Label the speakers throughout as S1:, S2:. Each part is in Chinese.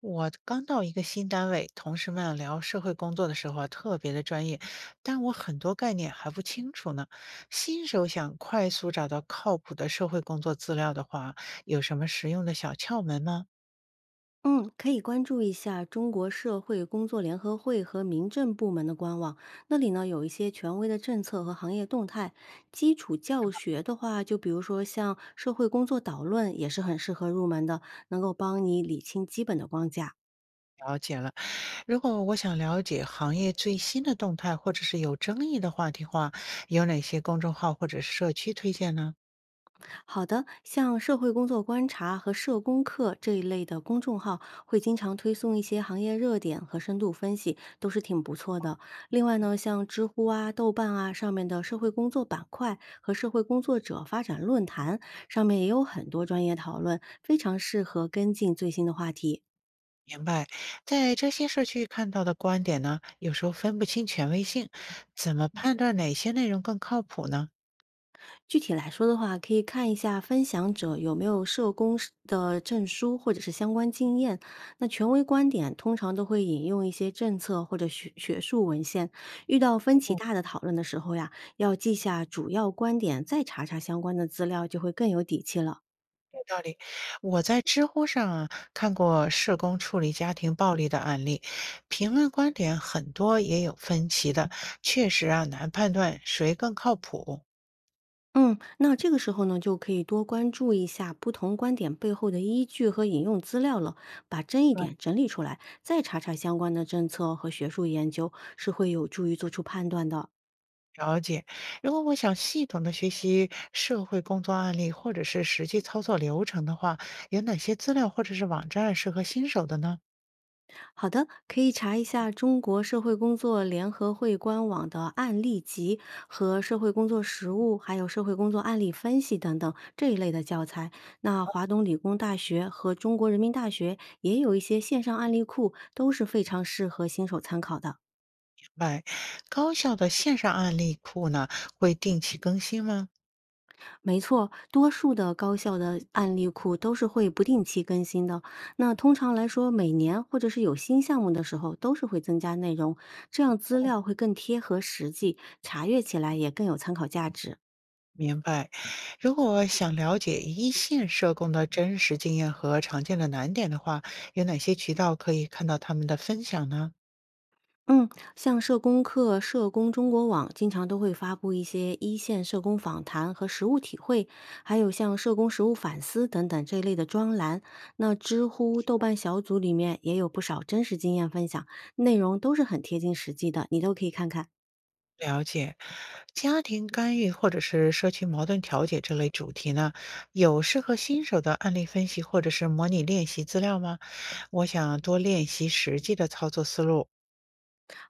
S1: 我刚到一个新单位，同事们啊聊社会工作的时候啊，特别的专业，但我很多概念还不清楚呢。新手想快速找到靠谱的社会工作资料的话，有什么实用的小窍门吗？
S2: 嗯，可以关注一下中国社会工作联合会和民政部门的官网，那里呢有一些权威的政策和行业动态。基础教学的话，就比如说像社会工作导论，也是很适合入门的，能够帮你理清基本的框架。
S1: 了解了。如果我想了解行业最新的动态或者是有争议的话题话，有哪些公众号或者社区推荐呢？
S2: 好的，像社会工作观察和社工课这一类的公众号，会经常推送一些行业热点和深度分析，都是挺不错的。另外呢，像知乎啊、豆瓣啊上面的社会工作板块和社会工作者发展论坛，上面也有很多专业讨论，非常适合跟进最新的话题。
S1: 明白。在这些社区看到的观点呢，有时候分不清权威性，怎么判断哪些内容更靠谱呢？
S2: 具体来说的话，可以看一下分享者有没有社工师的证书或者是相关经验。那权威观点通常都会引用一些政策或者学术文献。遇到分歧大的讨论的时候呀，要记下主要观点，再查查相关的资料，就会更有底气了。
S1: 道理，我在知乎上啊看过社工处理家庭暴力的案例，评论观点很多也有分歧的，确实啊难判断谁更靠谱。
S2: 嗯，那这个时候呢，就可以多关注一下不同观点背后的依据和引用资料了，把争议
S1: 对，
S2: 点整理出来，再查查相关的政策和学术研究，是会有助于做出判断的。
S1: 了解。如果我想系统的学习社会工作案例或者是实际操作流程的话，有哪些资料或者是网站适合新手的呢？
S2: 好的，可以查一下中国社会工作联合会官网的案例集和社会工作实务，还有社会工作案例分析等等这一类的教材。那华东理工大学和中国人民大学也有一些线上案例库，都是非常适合新手参考的。
S1: 明白。高校的线上案例库呢会定期更新吗？
S2: 没错，多数的高校的案例库都是会不定期更新的。那通常来说，每年或者是有新项目的时候，都是会增加内容，这样资料会更贴合实际，查阅起来也更有参考价值。
S1: 明白。如果想了解一线社工的真实经验和常见的难点的话，有哪些渠道可以看到他们的分享呢？
S2: 嗯，像社工课、社工中国网经常都会发布一些一线社工访谈和实务体会，还有像社工实务反思等等这一类的专栏。那知乎、豆瓣小组里面也有不少真实经验分享，内容都是很贴近实际的，你都可以看看。
S1: 了解。家庭干预或者是社区矛盾调解这类主题呢，有适合新手的案例分析或者是模拟练习资料吗？我想多练习实际的操作思路。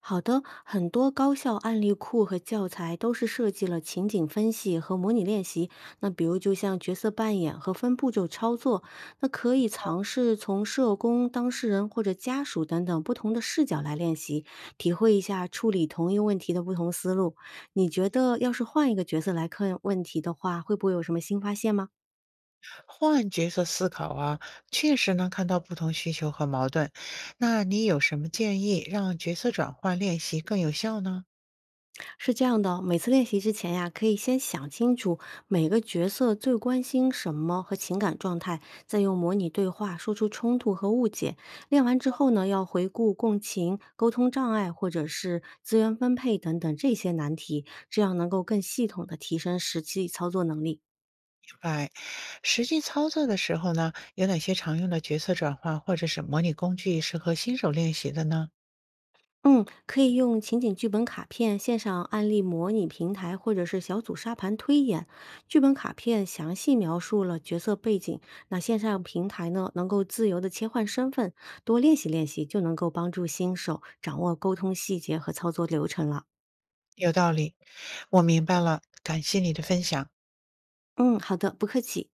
S2: 好的，很多高校案例库和教材都是设计了情景分析和模拟练习。那比如就像角色扮演和分步骤操作，那可以尝试从社工、当事人或者家属等等不同的视角来练习，体会一下处理同一问题的不同思路。你觉得要是换一个角色来看问题的话，会不会有什么新发现吗？
S1: 换角色思考啊，确实能看到不同需求和矛盾。那你有什么建议让角色转换练习更有效呢？
S2: 是这样的，每次练习之前呀，可以先想清楚每个角色最关心什么和情感状态，再用模拟对话说出冲突和误解。练完之后呢，要回顾共情、沟通障碍或者是资源分配等等这些难题，这样能够更系统的提升实际操作能力。
S1: 哎，实际操作的时候呢，有哪些常用的角色转换或者是模拟工具适合新手练习的呢？
S2: 嗯，可以用情景剧本卡片、线上案例模拟平台或者是小组沙盘推演。剧本卡片详细描述了角色背景，那线上平台呢，能够自由的切换身份，多练习练习就能够帮助新手掌握沟通细节和操作流程了。
S1: 有道理，我明白了，感谢你的分享。
S2: 嗯，好的，不客气。